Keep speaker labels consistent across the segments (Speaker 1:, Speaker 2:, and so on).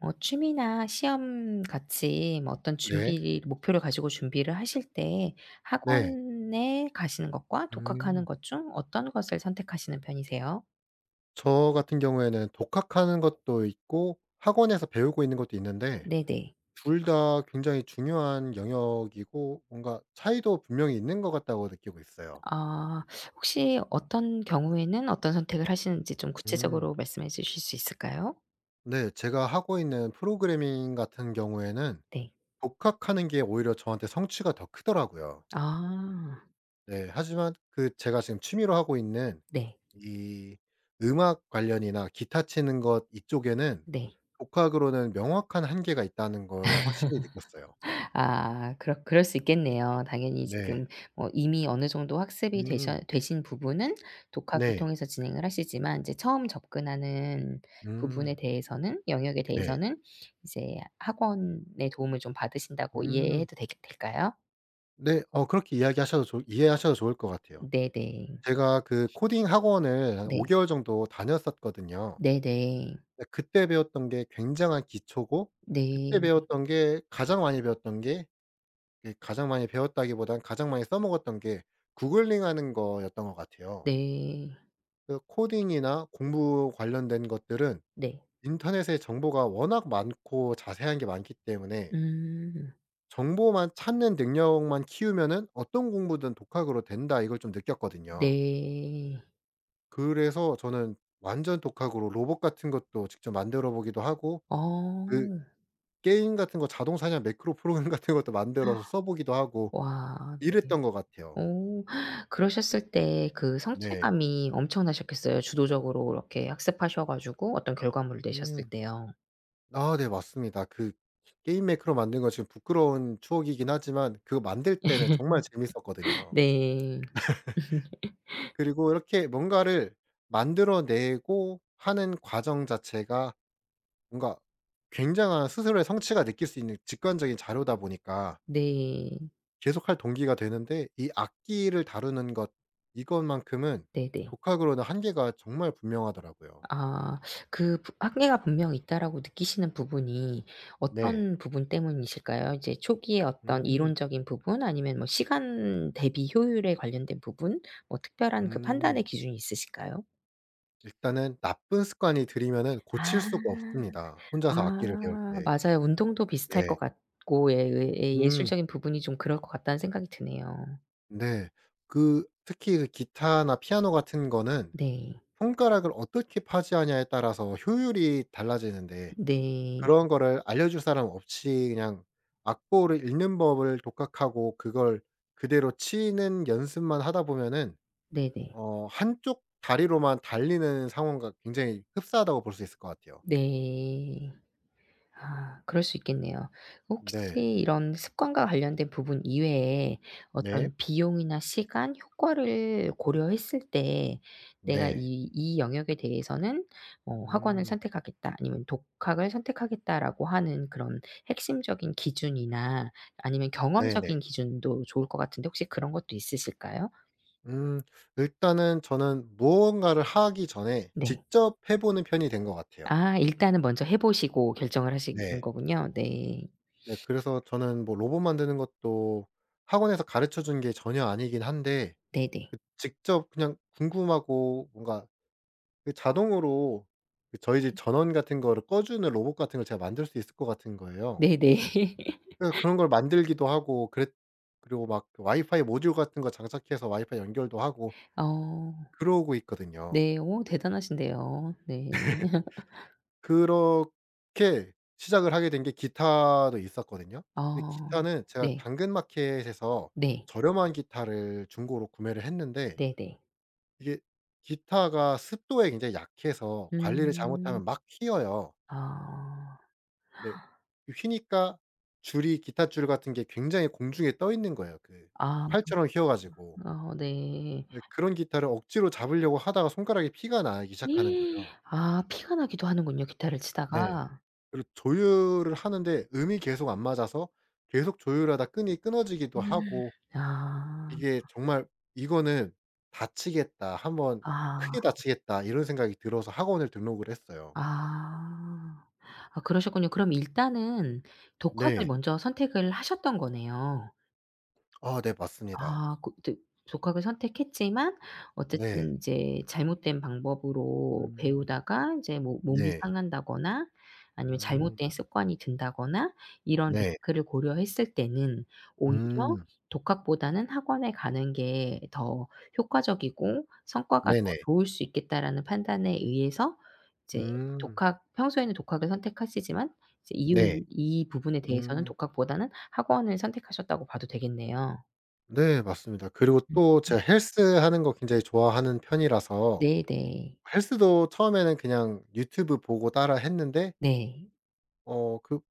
Speaker 1: 뭐 취미나 시험 같이 뭐 어떤
Speaker 2: 네.
Speaker 1: 준비를 목표를 가지고 준비를 하실 때
Speaker 2: 네.
Speaker 1: 학원에 가시는 것과 독학하는
Speaker 2: 음.
Speaker 1: 것 중 어떤 것을 선택하시는 편이세요?
Speaker 2: 저 같은 경우에는 독학하는 것도 있고 학원에서 배우고 있는 것도 있는데
Speaker 1: 네네.
Speaker 2: 둘 다 굉장히 중요한 영역이고 뭔가 차이도 분명히 있는 것 같다고 느끼고 있어요.
Speaker 1: 아, 혹시 어떤 경우에는 어떤 선택을 하시는지 좀
Speaker 2: 음.
Speaker 1: 구체적으로 말씀해 주실 수 있을까요?
Speaker 2: 네. 제가 하고 있는 프로그래밍 같은 경우에는
Speaker 1: 네.
Speaker 2: 독학하는 게 오히려 저한테 성취가 더 크더라고요.
Speaker 1: 아.
Speaker 2: 네. 하지만 그 제가 지금 취미로 하고 있는
Speaker 1: 네.
Speaker 2: 이 음악 관련이나 기타 치는 것 이쪽에는
Speaker 1: 네.
Speaker 2: 독학으로는 명확한 한계가 있다는 거를 확실히 느꼈어요.
Speaker 1: 아, 그렇 그럴 수 있겠네요. 당연히
Speaker 2: 네.
Speaker 1: 지금 뭐 이미 어느 정도 학습이
Speaker 2: 음.
Speaker 1: 되셔 되신 부분은 독학을
Speaker 2: 네.
Speaker 1: 통해서 진행을 하시지만 이제 처음 접근하는 부분에
Speaker 2: 음.
Speaker 1: 대해서는 영역에
Speaker 2: 네.
Speaker 1: 대해서는 이제 학원의 도움을 좀 받으신다고
Speaker 2: 음.
Speaker 1: 이해해도 되 될까요?
Speaker 2: 네. 그렇게 이야기하셔도 좋 이해하셔도 좋을 것 같아요.
Speaker 1: 네네.
Speaker 2: 제가 그 코딩 학원을 한 5
Speaker 1: 네.
Speaker 2: 개월 정도 다녔었거든요.
Speaker 1: 네네.
Speaker 2: 근데 그때 배웠던 게 굉장한 기초고 그때
Speaker 1: 네.
Speaker 2: 배웠던 게 가장 많이 배웠던 게 이 가장 많이 배웠다기보단 가장 많이 써먹었던 게 구글링 하는 거였던 것 같아요.
Speaker 1: 네.
Speaker 2: 그 코딩이나 공부 관련된 것들은
Speaker 1: 네.
Speaker 2: 인터넷에 정보가 워낙 많고 자세한 게 많기 때문에
Speaker 1: 음.
Speaker 2: 정보만 찾는 능력만 키우면은 어떤 공부든 독학으로 된다 이걸 좀 느꼈거든요.
Speaker 1: 네.
Speaker 2: 그래서 저는 완전 독학으로 로봇 같은 것도 직접 만들어 보기도 하고
Speaker 1: 어.
Speaker 2: 그 게임 같은 거 자동 사냥 매크로 프로그램 같은 것도 만들어서 써 보기도 하고
Speaker 1: 와. 네.
Speaker 2: 이랬던 것 같아요.
Speaker 1: 어. 그러셨을 때 그
Speaker 2: 네.
Speaker 1: 성취감이 엄청나셨겠어요. 주도적으로 그렇게 학습하셔 가지고 어떤 결과물을 내셨을
Speaker 2: 음.
Speaker 1: 때요.
Speaker 2: 아 네 맞습니다. 그 게임 매크로 만든 건 지금 부끄러운 추억이긴 하지만 그거 만들 때는 정말 재밌었거든요.
Speaker 1: 네.
Speaker 2: 그리고 이렇게 뭔가를 만들어 내고 하는 과정 자체가 뭔가 굉장한 스스로의 성취가 느낄 수 있는 직관적인 자료다 보니까
Speaker 1: 네.
Speaker 2: 계속할 동기가 되는데 이 악기를 다루는 것 이것만큼은
Speaker 1: 네네.
Speaker 2: 독학으로는 한계가 정말 분명하더라고요.
Speaker 1: 아, 그 부 한계가 분명 있다라고 느끼시는 부분이
Speaker 2: 네.
Speaker 1: 어떤 부분 때문이실까요? 이제 초기에 어떤
Speaker 2: 음.
Speaker 1: 이론적인 부분 아니면 뭐 시간 대비 효율에 관련된 부분 뭐 특별한 그 판단의
Speaker 2: 음.
Speaker 1: 기준이 있으실까요?
Speaker 2: 일단은 나쁜 습관이 들이면은 고칠
Speaker 1: 아.
Speaker 2: 수가 없습니다, 혼자서 악기를 배울
Speaker 1: 아,
Speaker 2: 때.
Speaker 1: 맞아요. 운동도 비슷할
Speaker 2: 네.
Speaker 1: 것 같고, 예, 예,
Speaker 2: 음
Speaker 1: 예술적인 부분이 좀 그럴 것 같다는 생각이 드네요.
Speaker 2: 네. 그 특히 그 기타나 피아노 같은 거는
Speaker 1: 네.
Speaker 2: 손가락을 어떻게 파지하냐에 따라서 효율이 달라지는데
Speaker 1: 네.
Speaker 2: 그런 거를 알려줄 사람 없이 그냥 악보를 읽는 법을 독학하고 그걸 그대로 치는 연습만 하다 보면은
Speaker 1: 네네.
Speaker 2: 한쪽 다리로만 달리는 상황과 굉장히 흡사하다고 볼 수 있을 것 같아요.
Speaker 1: 네. 아, 그럴 수 있겠네요.
Speaker 2: 네.
Speaker 1: 혹시 이런 습관과 관련된 부분 이외에
Speaker 2: 네.
Speaker 1: 어떤 비용이나 시간, 효과를
Speaker 2: 음
Speaker 1: 고려했을 때 '내가
Speaker 2: 네.
Speaker 1: 이 영역에 대해서는 어 학원을
Speaker 2: 음
Speaker 1: 선택하겠다.' 아니면 '독학을 선택하겠다.'라고 하는 그런 핵심적인 기준이나 아니면
Speaker 2: 네네.
Speaker 1: 경험적인 기준도 좋을 것 같은데 혹시 그런 것도 있으실까요?
Speaker 2: 음 일단은 저는 무언가를 하기 전에
Speaker 1: 네.
Speaker 2: 직접 해 보는 편이 된 것 같아요.
Speaker 1: 아, 일단은 먼저 해 보시고 결정을 하시는
Speaker 2: 네.
Speaker 1: 거군요. 네.
Speaker 2: 네 그래서 저는 뭐 로봇 만드는 것도 학원에서 가르쳐 준 게 전혀 아니긴 한데
Speaker 1: 네네.
Speaker 2: 그 직접 그냥 궁금하고 뭔가 그 자동으로 그 저희 집
Speaker 1: 네.
Speaker 2: 전원 같은 거를 꺼 주는 로봇 같은 걸 제가 만들 수 있을 것 같은 거예요.
Speaker 1: 네네.
Speaker 2: 그래서 그런 걸 만들기도 하고 그랬 그리고 막그 와이파이 모듈 같은 거 장착해서 와이파이 연결도 하고
Speaker 1: 어.
Speaker 2: 그러고 있거든요.
Speaker 1: 네. 오, 대단하신데요. 네.
Speaker 2: 그렇게 시작을 하게 된 게 기타도 있었거든요. 근데
Speaker 1: 아,
Speaker 2: 기타는 제가
Speaker 1: 네.
Speaker 2: 당근마켓에서
Speaker 1: 네.
Speaker 2: 저렴한 기타를 중고로 구매를 했는데
Speaker 1: 네네.
Speaker 2: 이게 기타가 습도에 굉장히 약해서 관리를
Speaker 1: 음.
Speaker 2: 잘못하면 막 휘어요.
Speaker 1: 아.
Speaker 2: 네. 휘니까 줄이 기타 줄 같은 게 굉장히 공중에 떠 있는 거예요. 그
Speaker 1: 아,
Speaker 2: 활처럼 휘어 가지고.
Speaker 1: 어, 네.
Speaker 2: 네 그런 기타를 억지로 잡으려고 하다가 손가락에 피가 나기 시작하는 거예요.
Speaker 1: 아, 피가 나기도 하는군요, 기타를
Speaker 2: 예.
Speaker 1: 치다가.
Speaker 2: 그리고 조율을 하는데 음이 계속 안 맞아서 계속 조율하다 끈이 끊어지기도
Speaker 1: 음.
Speaker 2: 하고
Speaker 1: 아.
Speaker 2: 이게 정말 '이거는 다치겠다. 한번
Speaker 1: 아.
Speaker 2: 크게 다치겠다.' 이런 생각이 들어서 학원을 등록을 했어요.
Speaker 1: 아. 아, 그러셨군요. 그럼 일단은 독학을
Speaker 2: 네.
Speaker 1: 먼저 선택을 하셨던 거네요.
Speaker 2: 아 네 맞습니다.
Speaker 1: 아, 그 이제 독학을 선택했지만
Speaker 2: 네.
Speaker 1: 어쨌든 이제 잘못된 방법으로
Speaker 2: 음
Speaker 1: 배우다가 이제 뭐 몸이
Speaker 2: 네.
Speaker 1: 상한다거나 아니면
Speaker 2: 음
Speaker 1: 잘못된 습관이 든다거나 이런
Speaker 2: 네.
Speaker 1: 리스크를 고려했을 때는 오히려
Speaker 2: 음
Speaker 1: 독학보다는 '학원에 가는 게 더 효과적이고 성과가 더
Speaker 2: 네네.
Speaker 1: 좋을 수 있겠다.'라는 판단에 의해서 이제
Speaker 2: 음
Speaker 1: 독학 평소에는 독학을 선택하시지만 이제 이유
Speaker 2: 네.
Speaker 1: 이 부분에 대해서는
Speaker 2: 음
Speaker 1: 독학보다는 학원을 선택하셨다고 봐도 되겠네요.
Speaker 2: 네 맞습니다. 그리고
Speaker 1: 음
Speaker 2: 또
Speaker 1: 음.
Speaker 2: 제가 헬스하는 거 굉장히 좋아하는 편이라서
Speaker 1: 네네.
Speaker 2: 헬스도 처음에는 그냥 유튜브 보고 따라 했는데
Speaker 1: 네.
Speaker 2: 그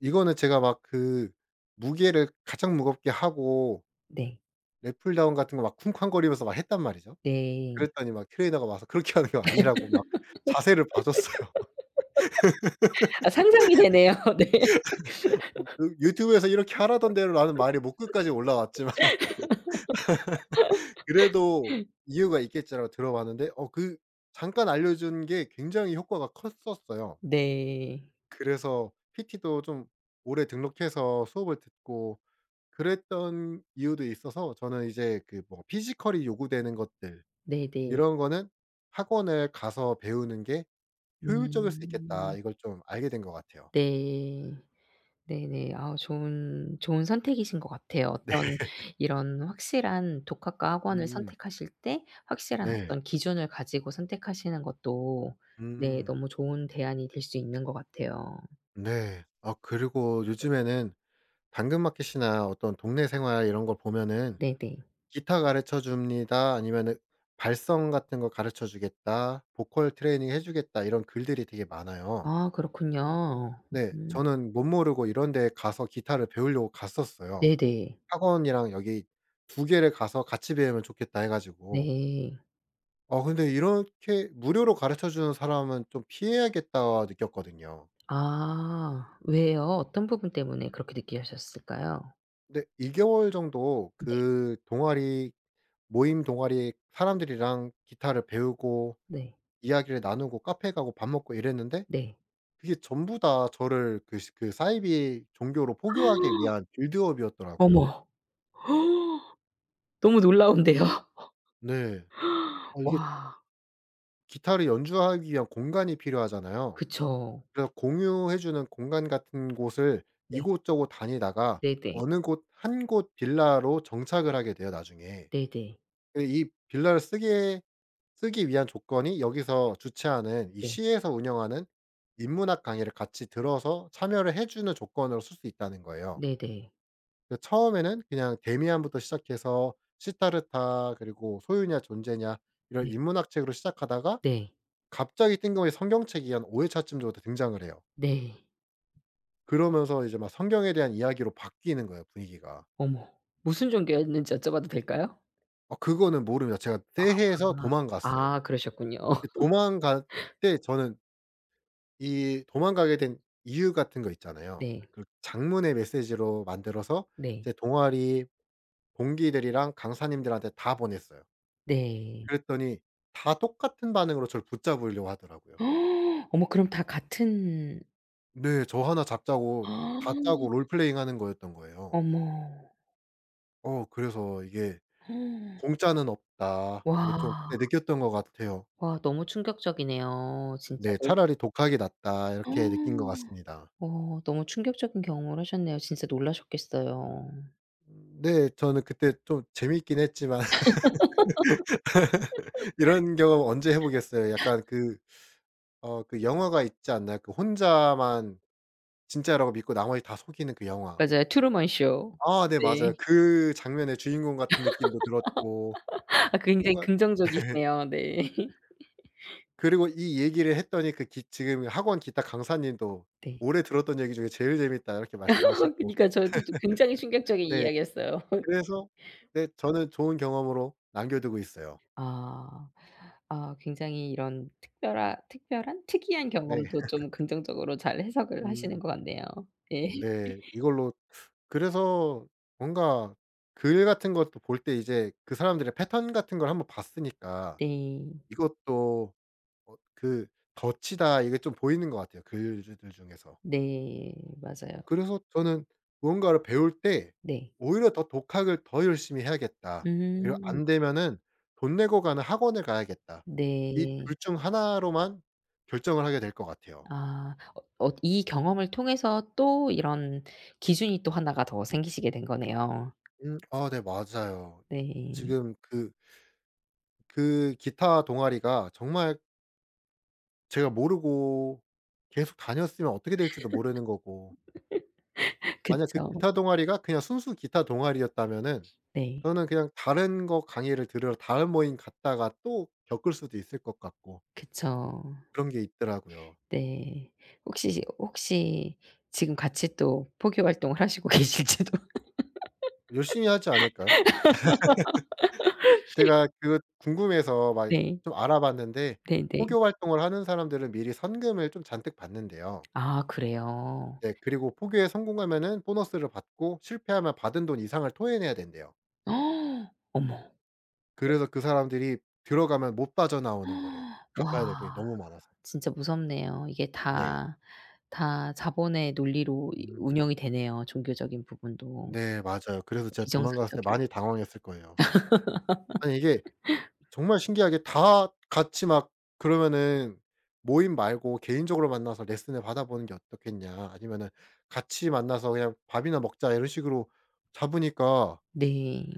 Speaker 2: 이거는 제가 막 그 무게를 가장 무겁게 하고
Speaker 1: 네.
Speaker 2: 랩풀 다운 같은 거 막 쿵쾅거리면서 막 했단 말이죠.
Speaker 1: 네.
Speaker 2: 그랬더니 막 트레이너가 와서 그렇게 하는 게 아니라고 막 자세를 봐 줬어요.
Speaker 1: 아, 상상이 되네요. 네.
Speaker 2: 뭐 그 유튜브에서 이렇게 하라던데로라는 말이 목 끝까지 올라왔지만 그래도 이유가 있겠지라고 들어봤는데 그 잠깐 알려준 게 굉장히 효과가 컸었어요.
Speaker 1: 네.
Speaker 2: 그래서 PT도 좀 오래 등록해서 수업을 듣고 그랬던 이유도 있어서 저는 이제 그 뭐 피지컬이 요구되는 것들
Speaker 1: 네네.
Speaker 2: 이런 거는 '학원을 가서 배우는 게 효율적일 수 있겠다.'
Speaker 1: 음.
Speaker 2: 이걸 좀 알게 된 것 같아요.
Speaker 1: 네. 네네. 아, 좋은 좋은 선택이신 것 같아요.
Speaker 2: 네.
Speaker 1: 어떤 이런 확실한 독학과 학원을
Speaker 2: 음.
Speaker 1: 선택하실 때 확실한
Speaker 2: 네.
Speaker 1: 어떤 기준을 가지고 선택하시는 것도 네,
Speaker 2: 음.
Speaker 1: 너무 좋은 대안이 될 수 있는 것 같아요.
Speaker 2: 네. 아 그리고 요즘에는 당근마켓이나 어떤 동네 생활 이런 걸 보면은
Speaker 1: 네네.
Speaker 2: "기타 가르쳐 줍니다." 아니면은 "발성 같은 거 가르쳐 주겠다." "보컬 트레이닝 해 주겠다." 이런 글들이 되게 많아요.
Speaker 1: 아, 그렇군요.
Speaker 2: 네.
Speaker 1: 음
Speaker 2: 저는 못 모르고 이런 데 가서 기타를 배우려고 갔었어요.
Speaker 1: 네네.
Speaker 2: 학원이랑 여기 두 개를 가서 같이 배우면 좋겠다 해 가지고
Speaker 1: 네.
Speaker 2: 근데 이렇게 무료로 가르쳐 주는 사람은 좀 피해야겠다 느꼈거든요.
Speaker 1: 아, 왜요? 어떤 부분 때문에 그렇게 느끼셨을까요?
Speaker 2: 근데 2 개월 정도
Speaker 1: 네.
Speaker 2: 그 동아리 모임 동아리 사람들이랑 기타를 배우고
Speaker 1: 네.
Speaker 2: 이야기를 나누고 카페 가고 밥 먹고 이랬는데
Speaker 1: 네.
Speaker 2: 그게 전부 다 저를 그 시 그 사이비 종교로 포교하기 위한 빌드업이었더라고요.
Speaker 1: 어머. 너무 놀라운데요.
Speaker 2: 네. 아 이게
Speaker 1: 와.
Speaker 2: 기타를 연주하기 위한 공간이 필요하잖아요.
Speaker 1: 그쵸.
Speaker 2: 그래서 공유해 주는 공간 같은 곳을
Speaker 1: 네.
Speaker 2: 이곳저곳 다니다가
Speaker 1: 네네.
Speaker 2: 어느 곳 한 곳 빌라로 정착을 하게 돼요 나중에.
Speaker 1: 네네.
Speaker 2: 근데 이 빌라를 쓰게 쓰기 위한 조건이 여기서 주최하는 이
Speaker 1: 네.
Speaker 2: 시에서 운영하는 인문학 강의를 같이 들어서 참여를 해 주는 조건으로 쓸 수 있다는 거예요.
Speaker 1: 네네.
Speaker 2: 그 처음에는 그냥 데미안부터 시작해서 시타르타 그리고 소유냐 존재냐 이런
Speaker 1: 네.
Speaker 2: 인문학 책으로 시작하다가
Speaker 1: 네.
Speaker 2: 갑자기 뜬금없이 성경책이 한 5 회차쯤 정도 등장을 해요.
Speaker 1: 네.
Speaker 2: 그러면서 이제 막 성경에 대한 이야기로 바뀌는 거예요 분위기가.
Speaker 1: 어머. 무슨 종교였는지 여쭤봐도 될까요?
Speaker 2: 그거는 모릅니다. 제가 새해에서
Speaker 1: 아.
Speaker 2: 도망갔어요.
Speaker 1: 아, 그러셨군요.
Speaker 2: 근데 도망갈 때 저는 이 도망가게 된 이유 같은 거 있잖아요.
Speaker 1: 네.
Speaker 2: 그 장문의 메시지로 만들어서
Speaker 1: 네.
Speaker 2: 제 동아리 동기들이랑 강사님들한테 다 보냈어요.
Speaker 1: 네.
Speaker 2: 그랬더니 다 똑같은 반응으로 저를 붙잡으려고 하더라고요.
Speaker 1: 어머, 그럼 다 같은
Speaker 2: 네. 저 하나 잡자고 다 짜고 롤플레잉 하는 거였던 거예요.
Speaker 1: 어머.
Speaker 2: 그래서 이게 '공짜는 없다.' 이거 좀
Speaker 1: 와.
Speaker 2: 그때 느꼈던 것 같아요.
Speaker 1: 와, 너무 충격적이네요. 진짜
Speaker 2: 네.
Speaker 1: 너
Speaker 2: '차라리 독학이 낫다.' 이렇게 느낀 것 같습니다.
Speaker 1: 어, 너무 충격적인 경험을 하셨네요. 진짜 놀라셨겠어요.
Speaker 2: 음. 네. 저는 그때 좀 재미있긴 했지만 이런 경험 언제 해 보겠어요. 약간 그 영화가 있지 않나요? 그 혼자만 진짜라고 믿고 나머지 다 속이는 그 영화.
Speaker 1: 맞아요. 트루먼 쇼.
Speaker 2: 아 네
Speaker 1: 네.
Speaker 2: 맞아요. 그 장면의 주인공 같은 느낌도 들었고
Speaker 1: 아, 굉장히
Speaker 2: 뭔가 네.
Speaker 1: 긍정적이시네요. 네.
Speaker 2: 그리고 이 얘기를 했더니 그 기 지금 학원 기타 강사님도
Speaker 1: 네.
Speaker 2: "올해 들었던 얘기 중에 제일 재밌다." 이렇게 말씀하시고.
Speaker 1: 그니까 저도 굉장히 충격적인
Speaker 2: 네.
Speaker 1: 이야기였어요.
Speaker 2: 그래서 네 저는 좋은 경험으로 남겨두고 있어요.
Speaker 1: 아. 아, 굉장히 이런 특별한 특이한
Speaker 2: 네.
Speaker 1: 경험도 좀 긍정적으로 잘 해석을 하시는
Speaker 2: 음
Speaker 1: 것 같네요. 네.
Speaker 2: 네. 이걸로 그래서 뭔가 글 같은 것도 볼 때 이제 그 사람들의 패턴 같은 걸 한번 봤으니까
Speaker 1: 네.
Speaker 2: 이것도 그 덫이다 이게 좀 보이는 것 같아요 글들 중에서.
Speaker 1: 네. 맞아요.
Speaker 2: 그래서 저는 무언가를 배울 때
Speaker 1: 네.
Speaker 2: 오히려 더 독학을 더 열심히 해야겠다. 그리고
Speaker 1: 음.
Speaker 2: 안 되면은 '돈 내고 가는 학원을 가야겠다.' 이
Speaker 1: 네.
Speaker 2: 둘 중 하나로만 결정을 하게 될 것 같아요.
Speaker 1: 아. 어, 어, 이 경험을 통해서 또 이런 기준이 또 하나가 더 생기시게 된 거네요.
Speaker 2: 아 네 맞아요.
Speaker 1: 네.
Speaker 2: 지금 그 기타 동아리가 정말 제가 모르고 계속 다녔으면 어떻게 될지도 모르는 거고 만약 그
Speaker 1: 그쵸.
Speaker 2: 기타 동아리가 그냥 순수 기타 동아리였다면은
Speaker 1: 네.
Speaker 2: 저는 그냥 다른 거 강의를 들으러 다른 모임 갔다가 또 겪을 수도 있을 것 같고
Speaker 1: 그쵸.
Speaker 2: 그런 게 있더라고요.
Speaker 1: 네. 혹시 혹시 지금 같이 또 포교 활동을 하시고 계실지도.
Speaker 2: 열심히 하지 않을까요? 제가 그 궁금해서 막
Speaker 1: 네.
Speaker 2: 좀 알아봤는데
Speaker 1: 네네.
Speaker 2: 포교 활동을 하는 사람들은 미리 선금을 좀 잔뜩 받는데요
Speaker 1: 아, 그래요?
Speaker 2: 네 그리고 포교에 성공하면은 보너스를 받고 실패하면 받은 돈 이상을 토해내야 된대요.
Speaker 1: 어, 어머.
Speaker 2: 그래서 그 사람들이 들어가면 못 빠져나오는 거래요.
Speaker 1: 와,
Speaker 2: 갚아야 될 돈이 너무 많아서.
Speaker 1: 진짜 무섭네요. 이게
Speaker 2: 네.
Speaker 1: 다, 다 자본의 논리로 이
Speaker 2: 음
Speaker 1: 운영이 되네요, 종교적인 부분도.
Speaker 2: 네 맞아요. 그래서 제가 도망갔을
Speaker 1: 비정상적인
Speaker 2: 때 많이 당황했을 거예요. 아니 이게 정말 신기하게 다 같이 막 그러면은 모임 말고 개인적으로 만나서 레슨을 받아보는 게 어떻겠냐 아니면은 같이 만나서 그냥 밥이나 먹자 이런 식으로 잡으니까
Speaker 1: 네.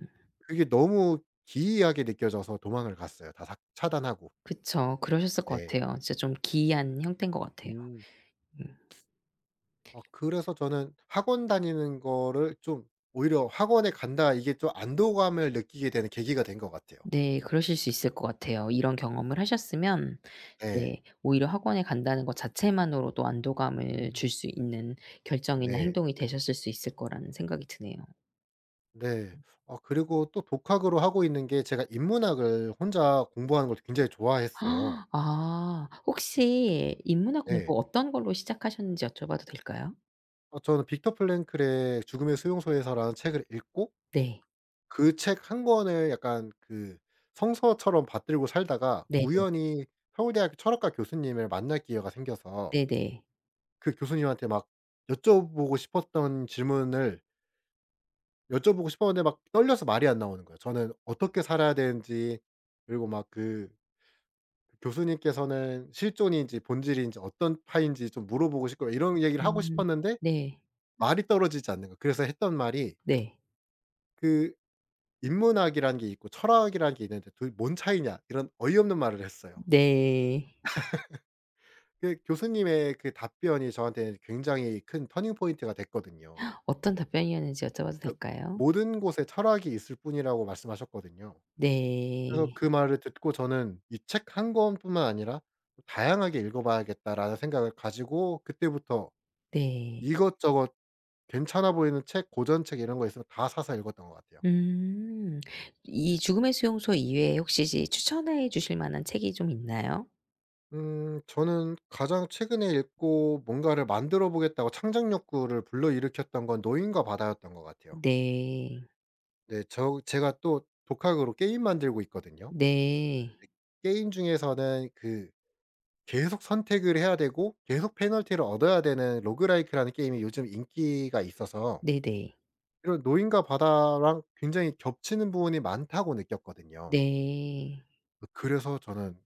Speaker 2: 그게 너무 기이하게 느껴져서 도망을 갔어요 다 삭 차단하고.
Speaker 1: 그쵸. 그러셨을 것
Speaker 2: 네.
Speaker 1: 같아요. 진짜 좀 기이한 형태인 것 같아요.
Speaker 2: 음.
Speaker 1: 음.
Speaker 2: 그래서 저는 학원 다니는 거를 좀 오히려 '학원에 간다.' 이게 좀 안도감을 느끼게 되는 계기가 된 것 같아요.
Speaker 1: 네. 그러실 수 있을 것 같아요. 이런 경험을 하셨으면
Speaker 2: 네,
Speaker 1: 네, 오히려 학원에 간다는 것 자체만으로도 안도감을
Speaker 2: 음.
Speaker 1: 줄 수 있는 결정이나
Speaker 2: 네.
Speaker 1: 행동이 되셨을 수 있을 거라는 생각이 드네요.
Speaker 2: 네. 그리고 또 독학으로 하고 있는 게 제가 인문학을 혼자 공부하는 걸 굉장히 좋아했어요.
Speaker 1: 아, 혹시 인문학
Speaker 2: 네,
Speaker 1: 공부 어떤 걸로 시작하셨는지 여쭤봐도 될까요?
Speaker 2: 저는 빅터 플랭클의 죽음의 수용소에서라는 책을 읽고
Speaker 1: 네.
Speaker 2: 그 책 한 권을 약간 그 성서처럼 받들고 살다가
Speaker 1: 네네.
Speaker 2: 우연히 서울대학교 철학과 교수님을 만날 기회가 생겨서
Speaker 1: 네네.
Speaker 2: 그 교수님한테 막 여쭤보고 싶었던 질문을 여쭤보고 싶었는데 막 떨려서 말이 안 나오는 거예요. 저는 어떻게 살아야 되는지 그리고 막 그 교수님께서는 실존인지 본질인지 어떤 파인지 좀 물어보고 싶고 이런 얘기를 하고
Speaker 1: 음.
Speaker 2: 싶었는데
Speaker 1: 네.
Speaker 2: 말이 떨어지지 않는 거예요. 그래서 했던 말이
Speaker 1: 네.
Speaker 2: 그 인문학이라는 게 있고 철학이라는 게 있는데 둘 뭔 차이냐 이런 어이없는 말을 했어요.
Speaker 1: 네.
Speaker 2: 그 교수님의 그 답변이 저한테는 굉장히 큰 터닝 포인트가 됐거든요.
Speaker 1: 어떤 답변이었는지 여쭤봐도
Speaker 2: 그
Speaker 1: 될까요?
Speaker 2: 모든 곳에 철학이 있을 뿐이라고 말씀하셨거든요. 그래서
Speaker 1: 네.
Speaker 2: 그 말을 듣고 저는 이 책 한 권뿐만 아니라 '다양하게 읽어 봐야겠다.'라는 생각을 가지고 그때부터
Speaker 1: 네.
Speaker 2: 이것저것 괜찮아 보이는 책, 고전책 이런 거 있으면 다 사서 읽었던 것 같아요.
Speaker 1: 음. 이 죽음의 수용소 이외에 혹시 지 추천해 주실 만한 책이 좀 있나요?
Speaker 2: 저는 가장 최근에 읽고 뭔가를 만들어 보겠다고 창작 욕구를 불러일으켰던 건 노인과 바다였던 것 같아요.
Speaker 1: 네.
Speaker 2: 네. 제가 또 독학으로 게임 만들고 있거든요.
Speaker 1: 네.
Speaker 2: 게임 중에서는 그 계속 선택을 해야 되고 계속 페널티를 얻어야 되는 로그라이크라는 게임이 요즘 인기가 있어서
Speaker 1: 네네.
Speaker 2: 이런 노인과 바다랑 굉장히 겹치는 부분이 많다고 느꼈거든요.
Speaker 1: 네.
Speaker 2: 그래서 저는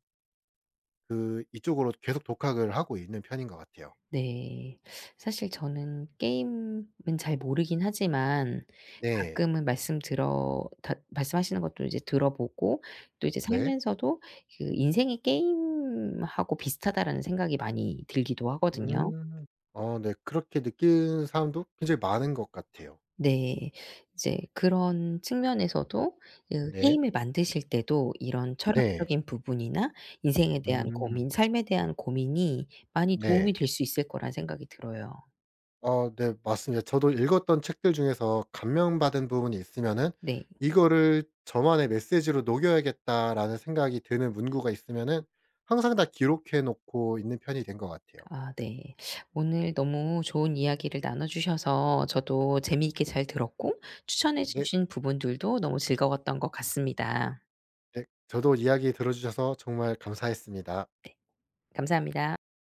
Speaker 2: 그 이쪽으로 계속 독학을 하고 있는 편인 것 같아요.
Speaker 1: 네. 사실 저는 게임은 잘 모르긴 하지만
Speaker 2: 네.
Speaker 1: 가끔은 말씀 들어 다 말씀하시는 것도 이제 들어보고 또 이제
Speaker 2: 네.
Speaker 1: 살면서도 그 '인생이 게임하고 비슷하다.'라는 생각이 많이 들기도 하거든요.
Speaker 2: 음. 어 네. 그렇게 느끼는 사람도 굉장히 많은 것 같아요.
Speaker 1: 네. 이제 그런 측면에서도 그
Speaker 2: 네.
Speaker 1: 게임을 만드실 때도 이런
Speaker 2: 네.
Speaker 1: 철학적인 부분이나 인생에 대한 고민,
Speaker 2: 음.
Speaker 1: 삶에 대한 고민이 많이 도움이
Speaker 2: 네.
Speaker 1: 될 수 있을 거란 생각이 들어요.
Speaker 2: 어 네. 맞습니다. 저도 읽었던 책들 중에서 감명받은 부분이 있으면은
Speaker 1: 네.
Speaker 2: '이거를 저만의 메시지로 녹여야겠다.'라는 생각이 드는 문구가 있으면은 항상 다 기록해 놓고 있는 편이 된 것 같아요.
Speaker 1: 아, 네. 오늘 너무 좋은 이야기를 나눠 주셔서 저도 재미있게 잘 들었고 추천해
Speaker 2: 네.
Speaker 1: 주신 부분들도 너무 즐거웠던 것 같습니다.
Speaker 2: 네. 저도 이야기 들어 주셔서 정말 감사했습니다.
Speaker 1: 감사합니다.